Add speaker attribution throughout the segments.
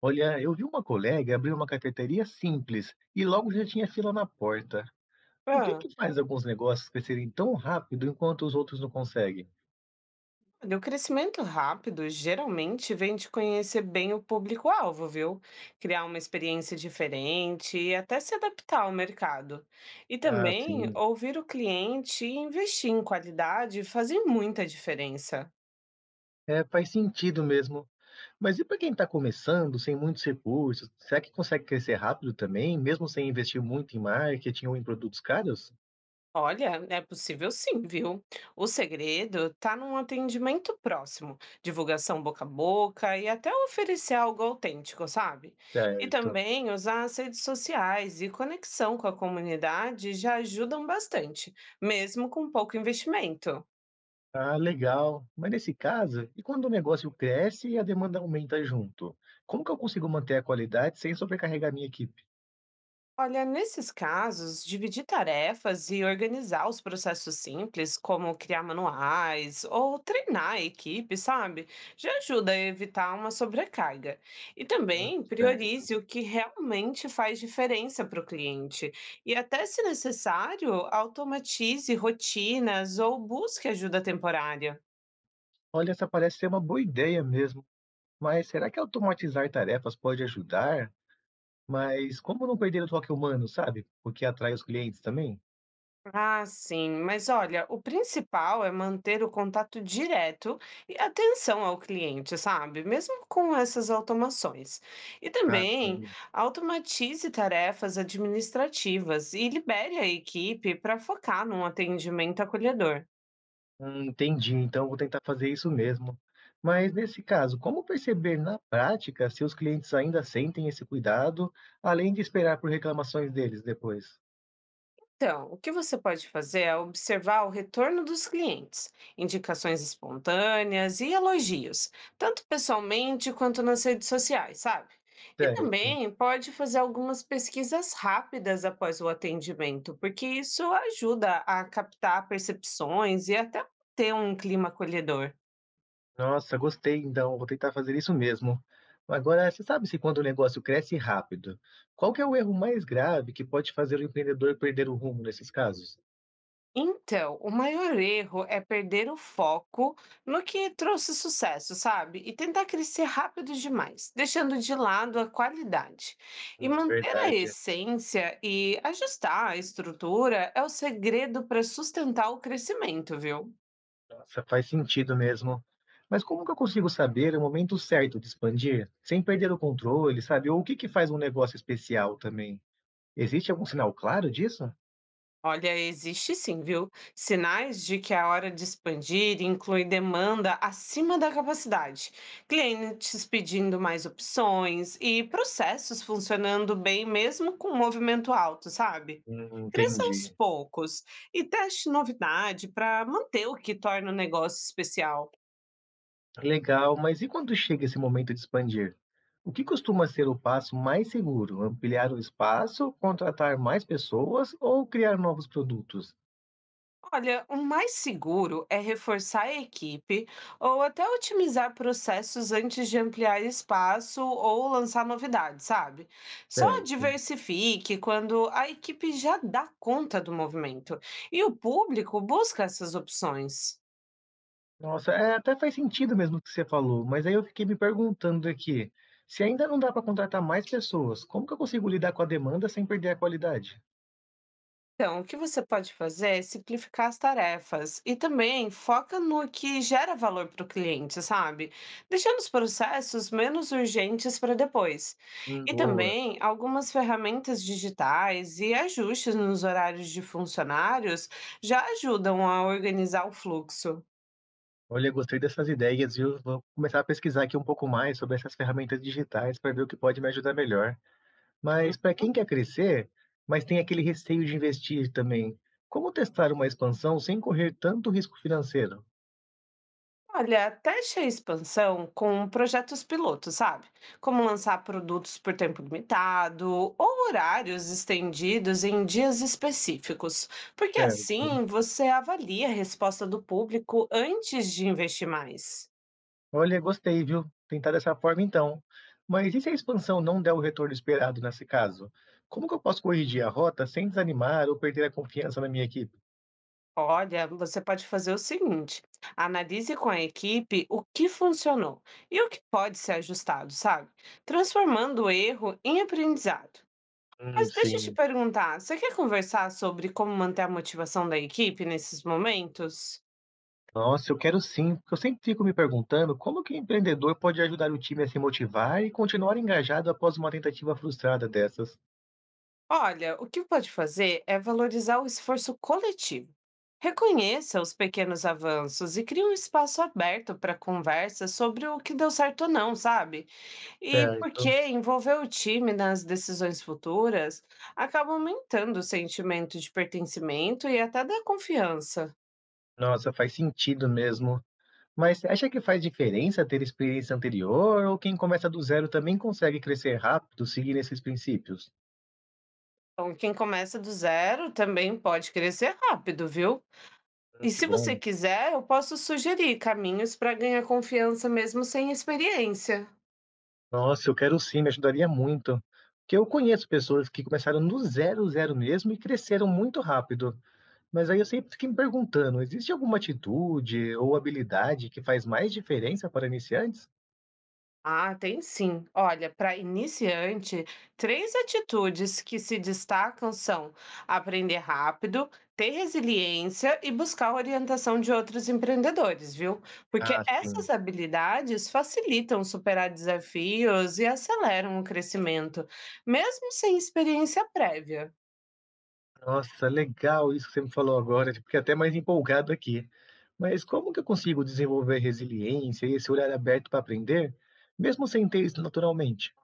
Speaker 1: Olha, eu vi uma colega abrir uma cafeteria simples e logo já tinha fila na porta. O que
Speaker 2: Hã.
Speaker 1: que faz alguns negócios crescerem tão rápido enquanto os outros não conseguem?
Speaker 2: Olha, o crescimento rápido geralmente vem de conhecer bem o público-alvo, viu? Criar uma experiência diferente e até se adaptar ao mercado. E
Speaker 1: Ah,
Speaker 2: também
Speaker 1: sim.
Speaker 2: ouvir o cliente e investir em qualidade fazem muita diferença.
Speaker 1: É, faz sentido mesmo. Mas e para quem está começando, sem muitos recursos, será que consegue crescer rápido também, mesmo sem investir muito em marketing ou em produtos caros?
Speaker 2: Olha, é possível sim, viu? O segredo está num atendimento próximo, divulgação boca a boca e até oferecer algo autêntico, sabe? E
Speaker 1: Certo.
Speaker 2: também usar as redes sociais e conexão com a comunidade já ajudam bastante, mesmo com pouco investimento.
Speaker 1: Ah, legal. Mas nesse caso, e quando o negócio cresce e a demanda aumenta junto? Como que eu consigo manter a qualidade sem sobrecarregar minha equipe?
Speaker 2: Olha, nesses casos, dividir tarefas e organizar os processos simples, como criar manuais ou treinar a equipe, sabe? Já ajuda a evitar uma sobrecarga. E
Speaker 1: Hum,
Speaker 2: também
Speaker 1: Certo.
Speaker 2: priorize o que realmente faz diferença para o cliente. E até, se necessário, automatize rotinas ou busque ajuda temporária.
Speaker 1: Olha, essa parece ser uma boa ideia mesmo. Mas será que automatizar tarefas pode ajudar? Mas como não perder o toque humano, sabe? O que atrai os clientes também?
Speaker 2: Ah, sim, mas olha, o principal é manter o contato direto e atenção ao cliente, sabe? Mesmo com essas automações. E
Speaker 1: Ah,
Speaker 2: também
Speaker 1: sim.
Speaker 2: automatize tarefas administrativas e libere a equipe para focar num atendimento acolhedor.
Speaker 1: Entendi. Então vou tentar fazer isso mesmo. Mas nesse caso, como perceber na prática se os clientes ainda sentem esse cuidado, além de esperar por reclamações deles depois?
Speaker 2: Então, o que você pode fazer é observar o retorno dos clientes, indicações espontâneas e elogios, tanto pessoalmente quanto nas redes sociais, sabe? E
Speaker 1: Certo.
Speaker 2: também pode fazer algumas pesquisas rápidas após o atendimento, porque isso ajuda a captar percepções e até ter um clima acolhedor.
Speaker 1: Nossa, gostei então, vou tentar fazer isso mesmo. Agora, você sabe se quando o negócio cresce rápido, qual que é o erro mais grave que pode fazer o empreendedor perder o rumo nesses casos?
Speaker 2: Então, o maior erro é perder o foco no que trouxe sucesso, sabe? E tentar crescer rápido demais, deixando de lado a qualidade. E manter a
Speaker 1: Verdade.
Speaker 2: essência e ajustar a estrutura é o segredo para sustentar o crescimento, viu?
Speaker 1: Nossa, faz sentido mesmo. Mas como que eu consigo saber o momento certo de expandir, sem perder o controle, sabe? Ou o que que faz um negócio especial também? Existe algum sinal claro disso?
Speaker 2: Olha, existe sim, viu? Sinais de que é a hora de expandir inclui demanda acima da capacidade, clientes pedindo mais opções e processos funcionando bem mesmo com movimento alto, sabe? Cresça aos
Speaker 1: Entendi.
Speaker 2: poucos e teste novidade para manter o que torna o negócio especial.
Speaker 1: Legal, mas e quando chega esse momento de expandir? O que costuma ser o passo mais seguro? Ampliar o espaço, contratar mais pessoas ou criar novos produtos?
Speaker 2: Olha, o mais seguro é reforçar a equipe ou até otimizar processos antes de ampliar espaço ou lançar novidades, sabe? Só
Speaker 1: Certo.
Speaker 2: diversifique quando a equipe já dá conta do movimento e o público busca essas opções.
Speaker 1: Nossa, é, até faz sentido mesmo o que você falou, mas aí eu fiquei me perguntando aqui, se ainda não dá para contratar mais pessoas, como que eu consigo lidar com a demanda sem perder a qualidade?
Speaker 2: Então, o que você pode fazer é simplificar as tarefas e também foca no que gera valor para o cliente, sabe? Deixando os processos menos urgentes para depois. E
Speaker 1: Boa.
Speaker 2: também algumas ferramentas digitais e ajustes nos horários de funcionários já ajudam a organizar o fluxo.
Speaker 1: Olha, gostei dessas ideias, viu? Vou começar a pesquisar aqui um pouco mais sobre essas ferramentas digitais para ver o que pode me ajudar melhor. Mas para
Speaker 2: Uhum.
Speaker 1: quem quer crescer, mas tem aquele receio de investir também, como testar uma expansão sem correr tanto risco financeiro?
Speaker 2: Olha, teste a expansão com projetos pilotos, sabe? Como lançar produtos por tempo limitado ou horários estendidos em dias específicos, porque
Speaker 1: Certo.
Speaker 2: assim você avalia a resposta do público antes de investir mais.
Speaker 1: Olha, gostei, viu? Tentar dessa forma então. Mas e se a expansão não der o retorno esperado nesse caso? Como que eu posso corrigir a rota sem desanimar ou perder a confiança na minha equipe?
Speaker 2: Olha, você pode fazer o seguinte: analise com a equipe o que funcionou e o que pode ser ajustado, sabe? Transformando o erro em aprendizado. Mas deixa eu te
Speaker 1: Sim.
Speaker 2: perguntar, você quer conversar sobre como manter a motivação da equipe nesses momentos?
Speaker 1: Nossa, eu quero sim, porque eu sempre fico me perguntando como que o empreendedor pode ajudar o time a se motivar e continuar engajado após uma tentativa frustrada dessas.
Speaker 2: Olha, o que pode fazer é valorizar o esforço coletivo. Reconheça os pequenos avanços e crie um espaço aberto para conversa sobre o que deu certo ou não, sabe? E
Speaker 1: Certo.
Speaker 2: porque envolver o time nas decisões futuras acaba aumentando o sentimento de pertencimento e até da confiança.
Speaker 1: Nossa, faz sentido mesmo. Mas você acha que faz diferença ter experiência anterior ou quem começa do zero também consegue crescer rápido seguindo esses princípios?
Speaker 2: Então, quem começa do zero também pode crescer rápido, viu? E
Speaker 1: Que
Speaker 2: se você
Speaker 1: bom.
Speaker 2: quiser, eu posso sugerir caminhos para ganhar confiança mesmo sem experiência.
Speaker 1: Nossa, eu quero sim, me ajudaria muito. Porque eu conheço pessoas que começaram do zero, zero mesmo e cresceram muito rápido. Mas aí eu sempre fiquei me perguntando, existe alguma atitude ou habilidade que faz mais diferença para iniciantes?
Speaker 2: Ah, tem sim. Olha, para iniciante, 3 atitudes que se destacam são aprender rápido, ter resiliência e buscar a orientação de outros empreendedores, viu? Porque
Speaker 1: Ah,
Speaker 2: essas
Speaker 1: sim.
Speaker 2: habilidades facilitam superar desafios e aceleram o crescimento, mesmo sem experiência prévia.
Speaker 1: Nossa, legal isso que você me falou agora, fiquei até mais empolgado aqui. Mas como que eu consigo desenvolver resiliência e esse olhar aberto para aprender, mesmo sem ter isso naturalmente?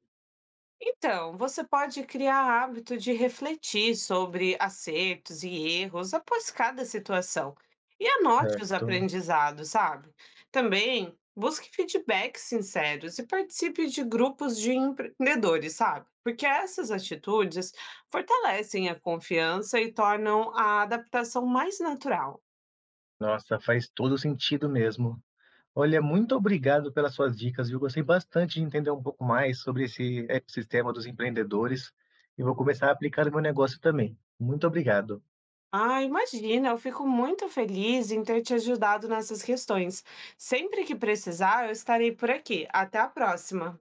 Speaker 2: Então, você pode criar hábito de refletir sobre acertos e erros após cada situação e anote os
Speaker 1: Certo, né?
Speaker 2: aprendizados, sabe? Também busque feedbacks sinceros e participe de grupos de empreendedores, sabe? Porque essas atitudes fortalecem a confiança e tornam a adaptação mais natural.
Speaker 1: Nossa, faz todo sentido mesmo. Olha, muito obrigado pelas suas dicas, viu? Gostei bastante de entender um pouco mais sobre esse ecossistema dos empreendedores e vou começar a aplicar no meu negócio também. Muito obrigado.
Speaker 2: Ah, imagina, eu fico muito feliz em ter te ajudado nessas questões. Sempre que precisar, eu estarei por aqui. Até a próxima!